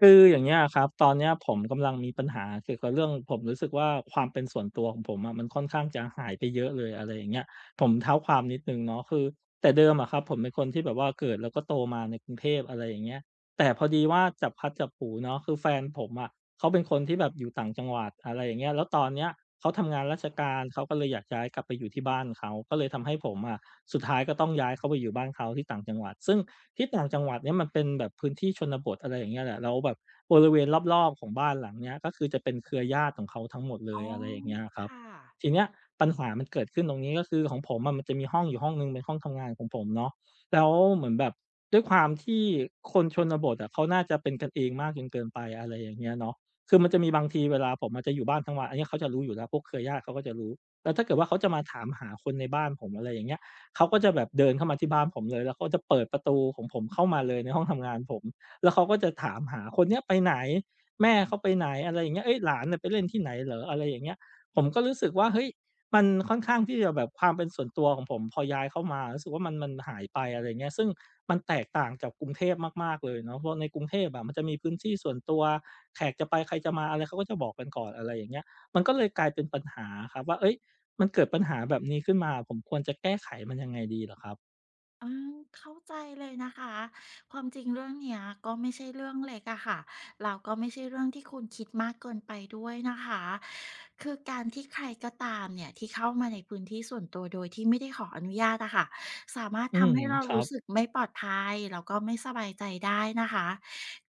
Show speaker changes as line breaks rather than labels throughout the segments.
คืออย่างเงี้ยครับตอนเนี้ยผมกำลังมีปัญหาเกี่ยวกับเรื่องผมรู้สึกว่าความเป็นส่วนตัวของผมอะมันค่อนข้างจะหายไปเยอะเลยอะไรอย่างเงี้ยผมเท้าความนิดหนึ่งเนาะคือแต่เดิมอะครับผมเป็นคนที่แบบว่าเกิดแล้วก็โตมาในกรุงเทพอะไรอย่างเงี้ยแต่พอดีว่าจับพลัดจับผลูเนาะคือแฟนผมอะ เขาเป็นคนที่แบบอยู่ต่างจังหวัดอะไรอย่างเงี้ยแล้วตอนเนี้ยเขาทำงานราชการเขาก็เลยอยากย้ายกลับไปอยู่ที่บ้านเขาก็เลยทำให้ผมอะสุดท้ายก็ต้องย้ายเขาไปอยู่บ้านเขาที่ต่างจังหวัดซึ่งที่ต่างจังหวัดเนี่ยมันเป็นแบบพื้นที่ชนบทอะไรอย่างเงี้ยแหละแล้วแบบบริเวณรอบๆของบ้านหลังเนี้ยก็คือจะเป็นเครือญาติของเขาทั้งหมดเล
อ๋อ
ยอะไรอย่างเงี้ยครับทีเนี้ยปัญหามันเกิดขึ้นตรงนี้ก็คือของผมอะมันจะมีห้องอยู่ห้องหนึ่งเป็นห้องทำงานของผมเนาะแล้วเหมือนแบบด้วยความที่คนชนบทอะเขาน่าจะเป็นกันเองมากจนเกินไปอะไรอย่างเงี้ยเนาะ คือมันจะมีบางทีเวลาผมอาจจะอยู่บ้านทั้งวันอันเนี้ยเขาจะรู้อยู่แล้วพวกเครือญาติเขาก็จะรู้แล้วถ้าเกิดว่าเขาจะมาถามหาคนในบ้านผมอะไรอย่างเงี้ยเขาก็จะแบบเดินเข้ามาที่บ้านผมเลยแล้วเขาจะเปิดประตูของผมเข้ามาเลยในห้องทำงานผมแล้วเขาก็จะถามหาคนเนี้ยไปไหนแม่เขาไปไหนอะไรอย่างเงี้ยเฮ้ยหลานน่ะไปเล่นที่ไหนเหรออะไรอย่างเงี้ยผมก็รู้สึกว่าเฮ้ย มันค่อนข้างที่จะแบบความเป็นส่วนตัวของผมพอย้ายเข้ามารู้สึกว่ามันหายไปอะไรงเงี้ยซึ่งมันแตกต่างจากกรุงเทพมากๆเลยเนาะเพราะในกรุงเทพอะมันจะมีพื้นที่ส่วนตัวแขกจะไปใครจะมาอะไรเขาก็จะบอกกันก่อนอะไรอย่างเงี้ยมันก็เลยกลายเป็นปัญหาครับว่าเฮ้ยมันเกิดปัญหาแบบนี้ขึ้นมาผมควรจะแก้ไขมันยังไงดีเหรอครับ
อาเข้าใจเลยนะคะ ความจริงเรื่องเนี้ยก็ไม่ใช่เรื่องเล็กอะค่ะแล้วก็ไม่ใช่เรื่องที่คุณคิดมากเกินไปด้วยนะคะคือการที่ใครก็ตามเนี่ยที่เข้ามาในพื้นที่ส่วนตัวโดยที่ไม่ได้ขออนุญาตอะค่ะสามารถ
อืม
ทำให้เรา
ครั
รู้
บ
สึกไม่ปลอดภัยแล้วก็ไม่สบายใจได้นะคะ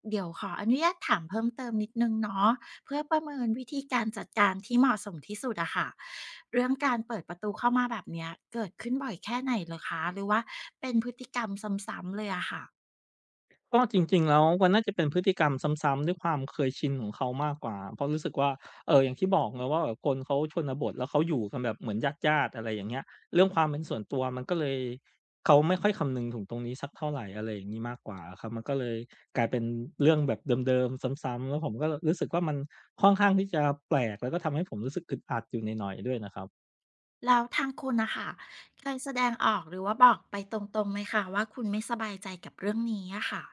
เดี๋ยวขออนุญาตถามเพิ่มเติมนิดหนึ่งเนาะ เพื่อประเมินวิธีการจัดการที่เหมาะสมที่สุดอะค่ะเรื่องการเปิดประตูเข้ามาแบบเนี้ยเกิดขึ้นบ่อยแค่ไหนเหรอคะหรือว่าเป็นพฤติกรรมซ้ำๆเลยอะค่ะ
ก็จริงๆแล้วมันน่าจะเป็นพฤติกรรมซ้ำๆด้วยความเคยชินของเขามากกว่าเพราะรู้สึกว่าอย่างที่บอกเนาะว่าแบบคนเขาชนบทแล้วเขาอยู่กันแบบเหมือนญาติๆอะไรอย่างเงี้ยเรื่องความเป็นส่วนตัวมันก็เลยเขาไม่ค่อยคำนึงถึงตรงนี้สักเท่าไรอะไรอย่างงี้มากกว่าอะครับมันก็เลยกลายเป็นเรื่องแบบเดิมๆซ้ำๆแล้วผมก็รู้สึกว่ามันค่อนข้างที่จะแปลกแล้วก็ทำให้ผมรู้สึกอึดอัดอยู่หน่อยๆด้วยนะครับ
แล้วทางคุณนะคะเคยแสดงออกหรือว่าบอกไปตรงๆไหมคะว่าคุณไม่สบายใจกับเรื่องนี้อะค่ะ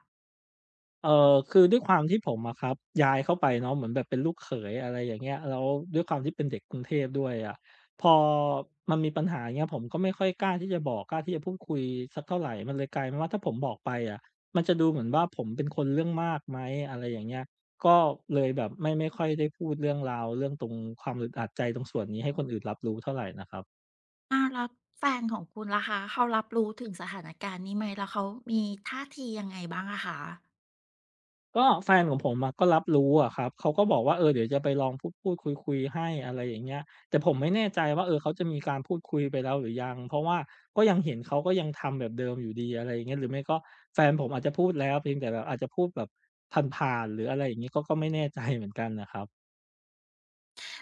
เออคือด้วยความที่ผมอะครับย้ายเข้าไปเนาะเหมือนแบบเป็นลูกเขยอะไรอย่างเงี้ยแล้วด้วยความที่เป็นเด็กกรุงเทพด้วยอะพอมันมีปัญหาเงี้ยผมก็ไม่ค่อยกล้าที่จะบอกกล้าที่จะพูดคุยสักเท่าไหรมันเลยกลายเป็นว่าถ้าผมบอกไปอะมันจะดูเหมือนว่าผมเป็นคนเรื่องมากไหมอะไรอย่างเงี้ยก็เลยแบบไม่ค่อยได้พูดเรื่องราวเรื่องตรงความอึดอัดใจตรงส่วนนี้ให้คนอื่นรับรู้เท่าไหรนะครับ
อาแล้วแฟนของคุณล่ะคะเขารับรู้ถึงสถานการณ์นี้ไหมแล้วเขามีท่าทียังไงบ้างอะคะ
ก็แฟนของผมอะก็รับรู้อะครับเขาก็บอกว่าเออเดี๋ยวจะไปลองพูดคุยๆให้อะไรอย่างเงี้ยแต่ผมไม่แน่ใจว่าเออเขาจะมีการพูดคุยไปแล้วหรือยังเพราะว่าก็ยังเห็นเขาก็ยังทำแบบเดิมอยู่ดีอะไรอย่างเงี้ยหรือไม่ก็แฟนผมอาจจะพูดแล้วเพียงแต่แบบอาจจะพูดแบบผ่านๆหรืออะไรอย่างงี้ก็ไม่แน่ใจเหมือนกันน่ะครับ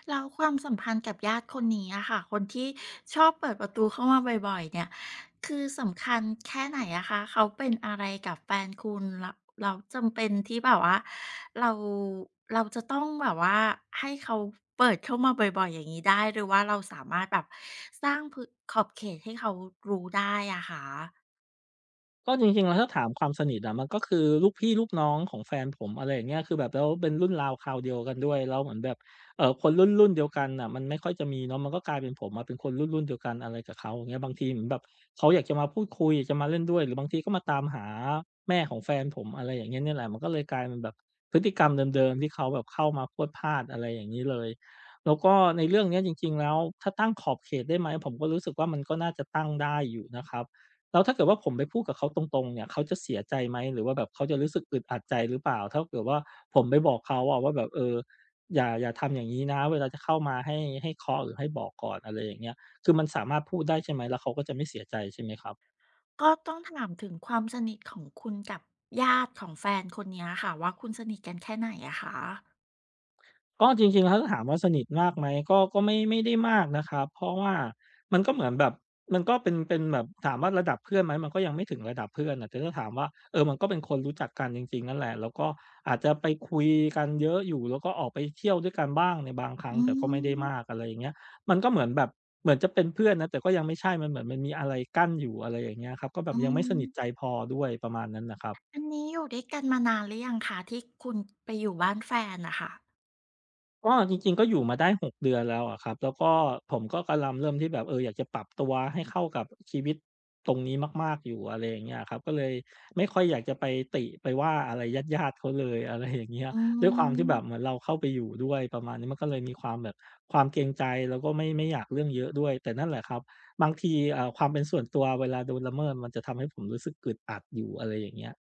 แล้วความสัมพันธ์กับญาติคนนี้อะค่ะคนที่ชอบเปิดประตูเข้ามาบ่อยๆเนี่ยคือสำคัญแค่ไหนอะคะเขาเป็นอะไรกับแฟนคุณแล้วแลจำเป็นที่แบบว่าเราเราจะต้องแบบว่าให้เขาเปิดเข้ามาบ่อยๆอย่างนี้ได้หรือว่าเราสามารถแบบสร้างพื้นขอบเขตให้เขารู้ได้อะคะ
ก็จริงๆแล้วถ้าถามความสนิทอะมันก็คือลูกพี่ลูกน้องของแฟนผมอะไรอย่างเงี้ยคือแบบแล้วเป็นรุ่นราวคราวเดียวกันด้วยแล้วเหมือนแบบคนรุ่นๆเดียวกันน่ะมันไม่ค่อยจะมีเนาะมันก็กลายเป็นผมอะเป็นคนรุ่นๆเดียวกันอะไรกับเขาอย่างเงี้ยบางทีเหมือนแบบเขาอยากจะมาพูดคุยอยากจะมาเล่นด้วยหรือบางทีก็มาตามหาแม่ของแฟนผมอะไรอย่างเงี้ยเนี่ยแหละมันก็เลยกลายเป็นแบบพฤติกรรมเดิมๆที่เขาแบบเข้ามาพรวดพราดอะไรอย่างงี้เลยแล้วก็ในเรื่องเนี้ยจริงๆแล้วถ้าตั้งขอบเขตได้ไหมผมก็รู้สึกว่ามันก็น่าจะตั้งได้อยู่นะครับ แล้วถ้าเกิดว่าผมไปพูดกับเขาตรงๆเนี่ยเขาจะเสียใจไหมหรือว่าแบบเขาจะรู้สึกอึดอัดใจหรือเปล่าถ้าเกิดว่าผมไปบอกเขาอะว่าแบบเอออย่าทำอย่างงี้นะเวลาจะเข้ามาให้เคาะหรือให้บอกก่อนอะไรอย่างเงี้ยคือมันสามารถพูดได้ใช่ไหมแล้วเขาก็จะไม่เสียใจใช่ไหมครับ
ก็ต้องถามถึงความสนิทของคุณกับญาติของแฟนคนเนี้ยค่ะว่าคุณสนิทกันแค่ไหนอะคะ
ก็จริงๆแล้วถ้าถามว่าสนิทมากไหมก็ก็ไม่ได้มากนะครับเพราะว่ามันก็เหมือนแบบมันก็เป็นแบบถามว่าระดับเพื่อนไหมมันก็ยังไม่ถึงระดับเพื่อนอ่ะแต่ถ้าถามว่าเออมันก็เป็นคนรู้จักกันจริงๆนั่นแหละแล้วก็อาจจะไปคุยกันเยอะอยู่แล้วก็ออกไปเที่ยวด้วยกันบ้างในบางครั้ง
อื
แต่ก็ไม่ได้
ม
มากอะไรอย่างเงี้ยมันก็เหมือนแบบเหมือนจะเป็นเพื่อนนะแต่ก็ยังไม่ใช่มันเหมือนมันมีอะไรกั้นอยู่อะไรอย่างเงี้ยครับก็แบ
อื
บยังไม่
ม
สนิทใจพอด้วยประมาณนั้นน่ะครับ
อันนี้อยู่ด้วยกันมานานหรือยังคะที่คุณไปอยู่บ้านแฟนนะค่ะ
ก็จริงๆก็อยู่มาได้6 เดือนแล้วอะครับแล้วก็ผมก็กำลังเริ่มที่แบบเอออยากจะปรับตัวให้เข้ากับชีวิตตรงนี้มากๆอยู่อะไรอย่างเงี้ยครับก็เลยไม่ค่อยอยากจะไปติไปว่าอะไรญาติๆเขาเลย อะไรอย่างเงี้ย
อื
ด้วยความที่แบบเหมือ
ม
นเราเข้าไปอยู่ด้วยประมาณนี้มันก็เลยมีความแบบความเกรงใจแล้วก็ไม่อยากเรื่องเยอะด้วยแต่นั่นแหละครับบางทีความเป็นส่วนตัวเวลาโดนละเมิดมันจะทำให้ผมรู้สึกอึดอัดอยู่อะไรอย่างเงี้ย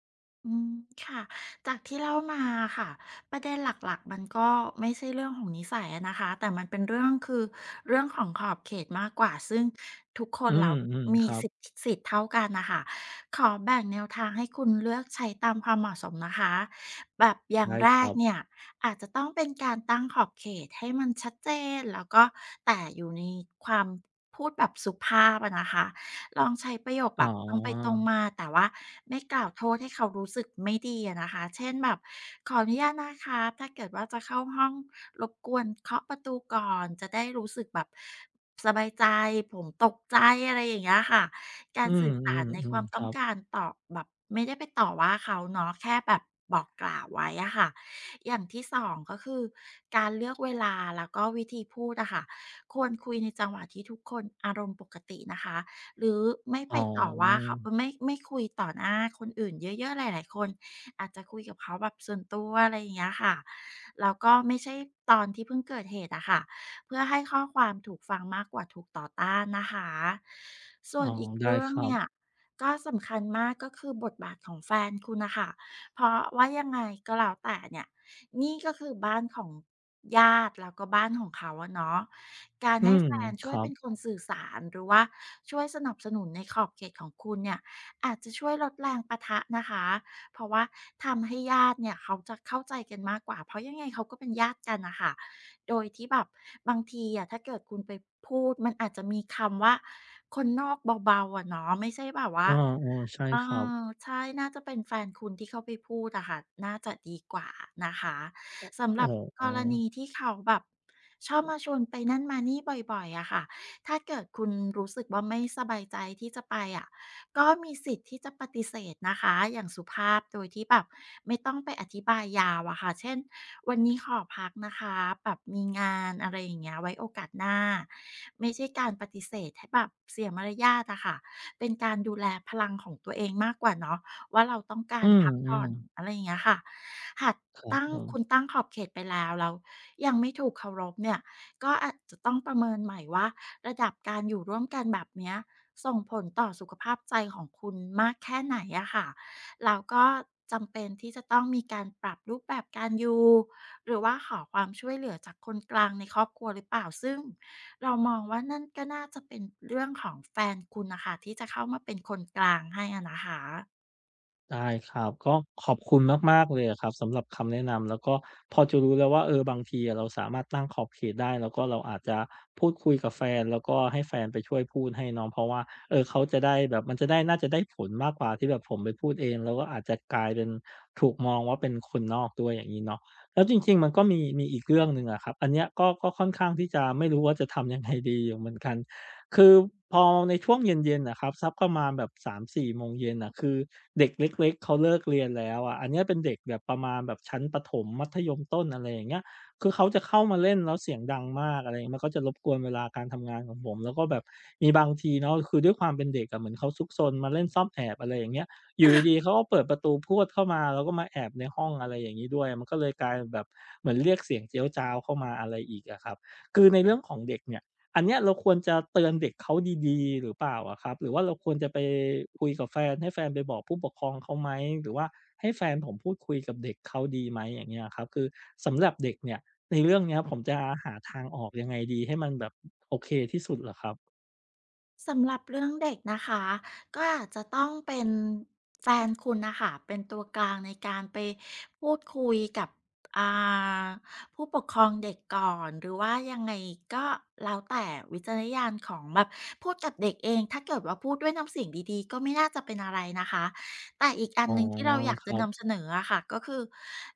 อืมค่ะจากที่เล่ามาค่ะประเด็นหลักๆมันก็ไม่ใช่เรื่องของนิสัยอะนะคะแต่มันเป็นเรื่องคือเรื่องของขอบเขตมากกว่าซึ่งทุกค
อื
นเรา
ม
มี
ๆครับ
สิทธิ์เท่ากันนะคะขอแบ่งแนวทางให้คุณเลือกใช้ตามความเหมาะสมนะคะแบบอย่าง
ได้
แร
ค
ก
รับ
เนี่ยอาจจะต้องเป็นการตั้งขอบเขตให้มันชัดเจนแล้วก็แต่อยู่ในความพูดแบบสุภาพอะนะคะ ลองใช้ประโยค
อ๋
แบบตรงไปตร
อ
งมาแต่ว่าไม่กล่าวโทษให้เขารู้สึกไม่ดีอะนะคะเช่นแบบขออนุญาตนะครับถ้าเกิดว่าจะเข้าห้องรบกวนเคาะประตูก่อนจะได้รู้สึกแบบสบายใจผมตกใจอะไรอย่างเงี้ยค่ะกา
อื
รสื่อสารในค
ม
วาม
ๆๆค
ต้อ
รั
งกา
บ
รต่อแบบไม่ได้ไปต่อว่าเขาเนาะแค่แบบบอกกล่าวไว้อะค่ะอย่างที่2ก็คือการเลือกเวลาแล้วก็วิธีพูดอะค่ะควรคุยในจังหวะที่ทุกคนอารมณ์ปกตินะคะ หรือไม่
อ๋
ไป
อ
ต่อว่าเขาไม่คุยต่อหน้าคนอื่นเยอะๆหลายๆคนอาจจะคุยกับเขาแบบส่วนตัวอะไรอย่างเงี้ยค่ะแล้วก็ไม่ใช่ตอนที่เพิ่งเกิดเหตุอะค่ะเพื่อให้ข้อความถูกฟังมากกว่าถูกต่อต้านนะคะส่
อ๋
ว
อ
นอีก
ได้
เรื่อ
ค
ง
รับ
เนี่ยก็สำคัญมากก็คือบทบาทของแฟนคุณน่ะค่ะเพราะว่ายังไงก็แล้วแต่เนี่ย นี่ก็คือบ้านของญาติแล้วก็บ้านของเขาอะเนาะการ
อื
ให้
ม
แฟน
ค
ช่วย
รั
เป็นค
บ
นสื่อสารหรือว่าช่วยสนับสนุนในขอบเขตของคุณเนี่ยอาจจะช่วยลดแรงปะทะนะคะเพราะว่าทำให้ญาติเนี่ยเขาจะเข้าใจกันมากกว่าเพราะยังไงเขาก็เป็นญาติกันน่ะค่ะโดยที่แบบบางทีอะถ้าเกิดคุณไปพูดมันอาจจะมีคำว่าคนนอกเบาๆอะเนาะไม่ใช่แบบ
เอ
ว่า
อๆใช่
เอ
ครับ
อใช่น่าจะเป็นแฟนคุณที่เขาไปพูดอะค่ะน่าจะดีกว่านะคะสำห
โอ้
รับ
โฮ
กรณีที่เขาแบบชอบมาชวนไปนั่นมานี่บ่อยๆอะค่ะถ้าเกิดคุณรู้สึกว่าไม่สบายใจที่จะไปอะก็มีสิทธิ์ที่จะปฏิเสธนะคะอย่างสุภาพโดยที่แบบไม่ต้องไปอธิบายยาวอะค่ะเช่นวันนี้ขอพักนะคะแบบมีงานอะไรอย่างเงี้ยไว้โอกาสหน้าไม่ใช่การปฏิเสธให้แบบเสียมารยาทอะค่ะ เป็นการดูแลพลังของตัวเองมากกว่าเนาะว่าเราต้องกา
อื
รพักผ่อ
ม
นอะไร
ๆ
อย่างเงี้ยค่ะหาก
ครับ
ตั้ง
ผม
คุณตั้งขอบเขตไปแล้วยังไม่ถูกเคารพเนี่ยก็อาจจะต้องประเมินใหม่ว่าระดับการอยู่ร่วมกันแบบเนี้ยส่งผลต่อสุขภาพใจของคุณมากแค่ไหนอะค่ะเราก็จำเป็นที่จะต้องมีการปรับรูปแบบการอยู่หรือว่าขอความช่วยเหลือจากคนกลางในครอบครัวหรือเปล่าซึ่ง เรามองว่านั่นก็น่าจะเป็นเรื่องของแฟนคุณนะคะที่จะเข้ามาเป็นคนกลางให้อะนะคะ
ได้ครับก็ขอบคุณมากๆเลยอะครับสำหรับคำแนะนำแล้วก็พอจะรู้แล้วว่าเออบางทีอะเราสามารถตั้งขอบเขตได้แล้วก็เราอาจจะพูดคุยกับแฟนแล้วก็ให้แฟนไปช่วยพูดให้เนาะเพราะว่าเออเขาจะได้แบบมันจะได้น่าจะได้ผลมากกว่าที่แบบผมไปพูดเองแล้วก็อาจจะกลายเป็นถูกมองว่าเป็นคนนอกด้วยอย่างงี้เนาะแล้วจริงๆมันก็มีอีกเรื่องหนึ่งอะครับอันเนี้ยก็ก็ค่อนข้างที่จะไม่รู้ว่าจะทำยังไงดีอยู่เหมือนกัน คือพอในช่วงเย็นๆน่ะครับสักประมาณแบบสามสี่โมงเย็นน่ะคือเด็กเล็กๆเขาเลิกเรียนแล้วอะอันเนี้ยเป็นเด็กแบบประมาณแบบชั้นประถมมัธยมต้นอะไรอย่างเงี้ยคือเขาจะเข้ามาเล่นแล้วเสียงดังมากอะไรอย่างเงี้ยมันก็จะรบกวนเวลาการทำงานของผมแล้วก็แบบมีบางทีเนาะคือด้วยความเป็นเด็กอะเหมือนเขาซุกซนมาเล่นซ่อนแอบอะไรอย่างเงี้ยอยู่ดีๆเขาก็เปิดประตูพรวดเข้ามาแล้วก็มาแอบในห้องอะไรอย่างงี้ด้วยมันก็เลยกลายเป็นแบบเหมือนเรียกเสียงเจี๊ยวจ๊าวเข้ามาอะไรอีกอะครับคือในเรื่องของเด็กเนี่ย อันเนี้ยเราควรจะเตือนเด็กเขาดีๆหรือเปล่าอะครับหรือว่าเราควรจะไปคุยกับแฟนให้แฟนไปบอกผู้ปกครองเขาไหมหรือว่าให้แฟนผมพูดคุยกับเด็กเขาดีไหมอย่างเงี้ยครับคือสำหรับเด็กเนี่ยในเรื่องเนี้ยผมจะหาทางออกยังไงดีให้มันแบบโอเคที่สุดเหรอครับ
สำหรับเรื่องเด็กนะคะก็อาจจะต้องเป็นแฟนคุณนะคะเป็นตัวกลางในการไปพูดคุยกับอ่าผู้ปกครองเด็กก่อนหรือว่ายังไงก็แล้วแต่วิจารณญาณของแบบพูดกับเด็กเองถ้าเกิดว่าพูดด้วยน้ำเสียงดีๆก็ไม่น่าจะเป็นอะไรนะคะแต่อีกอัน
อ๋อ
หนึ่งที่เราอยาก
ค
จะ
รั
นำ
บ
เสนออะค่ะก็คือ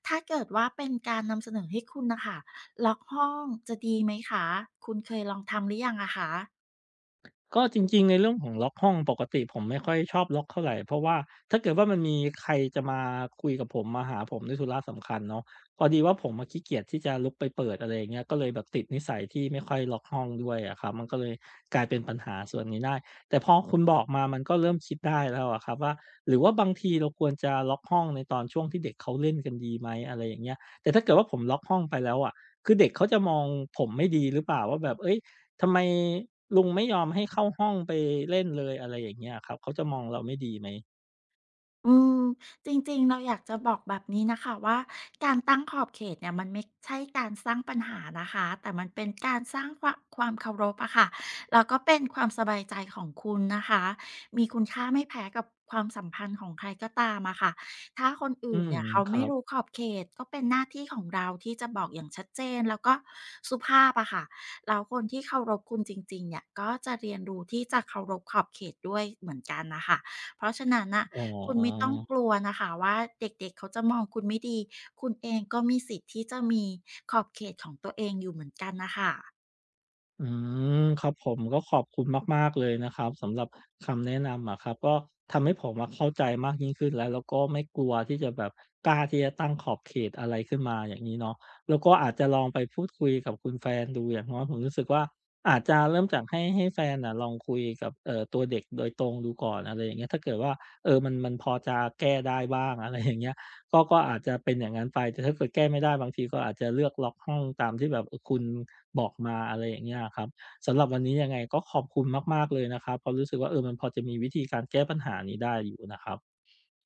ถ้าเกิดว่าเป็นการนำเสนอให้คุณนะคะล็อกห้องจะดีไหมคะคุณเคยลองทำหรือยังอะคะ
ก็จริงๆในเรื่องของล็อกห้องปกติผมไม่ค่อยชอบล็อกเท่าไรเพราะว่าถ้าเกิดว่ามันมีใครจะมาคุยกับผมมาหาผมด้วยธุระสำคัญเนาะพอดีว่าผมอะขี้เกียจที่จะลุกไปเปิดอะไรอย่างเงี้ยก็เลยแบบติดนิสัยที่ไม่ค่อยล็อกห้องด้วยอะครับมันก็เลยกลายเป็นปัญหาส่วนนี้ได้แต่พอคุณบอกมามันก็เริ่มคิดได้แล้วอะครับว่าหรือว่าบางทีเราควรจะล็อกห้องในตอนช่วงที่เด็กเขาเล่นกันดีไหมอะไรอย่างเงี้ยแต่ถ้าเกิดว่าผมล็อกห้องไปแล้วอะคือเด็กเขาจะมองผมไม่ดีหรือเปล่าว่าแบบเฮ้ย ทำไมลุงไม่ยอมให้เข้าห้องไปเล่นเลยอะไรอย่างเงี้ยครับเขาจะมองเราไม่ดีไหม
อืมจริงๆเราอยากจะบอกแบบนี้นะคะว่าการตั้งขอบเขตเนี่ยมันไม่ใช่การสร้างปัญหานะคะแต่มันเป็นการสร้างความเคารพอะค่ะแล้วก็เป็นความสบายใจของคุณนะคะมีคุณค่าไม่แพ้กับความสัมพันธ์ของใครก็ตามอะค่ะถ้าคน
อื
อื่น
ม
เนี่ยเขา
ครั
ไม่รู้
บ
ขอบเขตก็เป็นหน้าที่ของเราที่จะบอกอย่างชัดเจนแล้วก็สุภาพอะค่ะแล้วคนที่เคารพคุณจริงๆเนี่ยก็จะเรียนรู้ที่จะเคารพขอบเขตด้วยเหมือนกันนะคะ เพราะฉะนั้นน่ะ
อ๋อ
คุณไม่ต้องกลัวนะคะว่าเด็กๆเขาจะมองคุณไม่ดีคุณเองก็มีสิทธิ์ที่จะมีขอบเขตของตัวเองอยู่เหมือนกันน่ะค่ะ
อืมครับผมก็ขอบคุณมากๆเลยนะครับสำหรับคำแนะนำอะครับก็ทำให้ผมอะเข้าใจมากยิ่งขึ้นแล้วแล้วก็ไม่กลัวที่จะแบบกล้าที่จะตั้งขอบเขตอะไรขึ้นมาอย่างนี้เนาะแล้วก็อาจจะลองไปพูดคุยกับคุณแฟนดูอย่างน้อยผมรู้สึกว่าอาจจะเริ่มจากให้แฟนน่ะลองคุยกับตัวเด็กโดยตรงดูก่อนอะไรอย่างเงี้ยถ้าเกิดว่าเออมันพอจะแก้ได้บ้างอะไรอย่างเงี้ย ก็ก็อาจจะเป็นอย่างนั้นไปแต่ถ้าเกิดแก้ไม่ได้บางทีก็อาจจะเลือกล็อกห้องตามที่แบบคุณบอกมาอะไรอย่างเงี้ยอะครับสำหรับวันนี้ยังไงก็ขอบคุณมากๆเลยนะครับเพราะรู้สึกว่าเออมันพอจะมีวิธีการแก้ปัญหานี้ได้อยู่นะครับ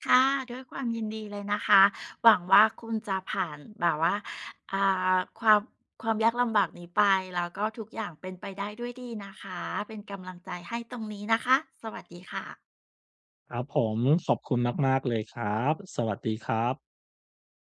ค่ะด้วยความยินดีเลยนะคะหวังว่าคุณจะผ่านแบบว่าอ่ความความยากลำบากนี้ไปแล้วก็ทุกอย่างเป็นไปได้ด้วยดีนะคะเป็นกำลังใจให้ตรงนี้นะคะสวัสดีค่ะ
ครับผมขอบคุณมากๆเลยครับสวัสดีครับ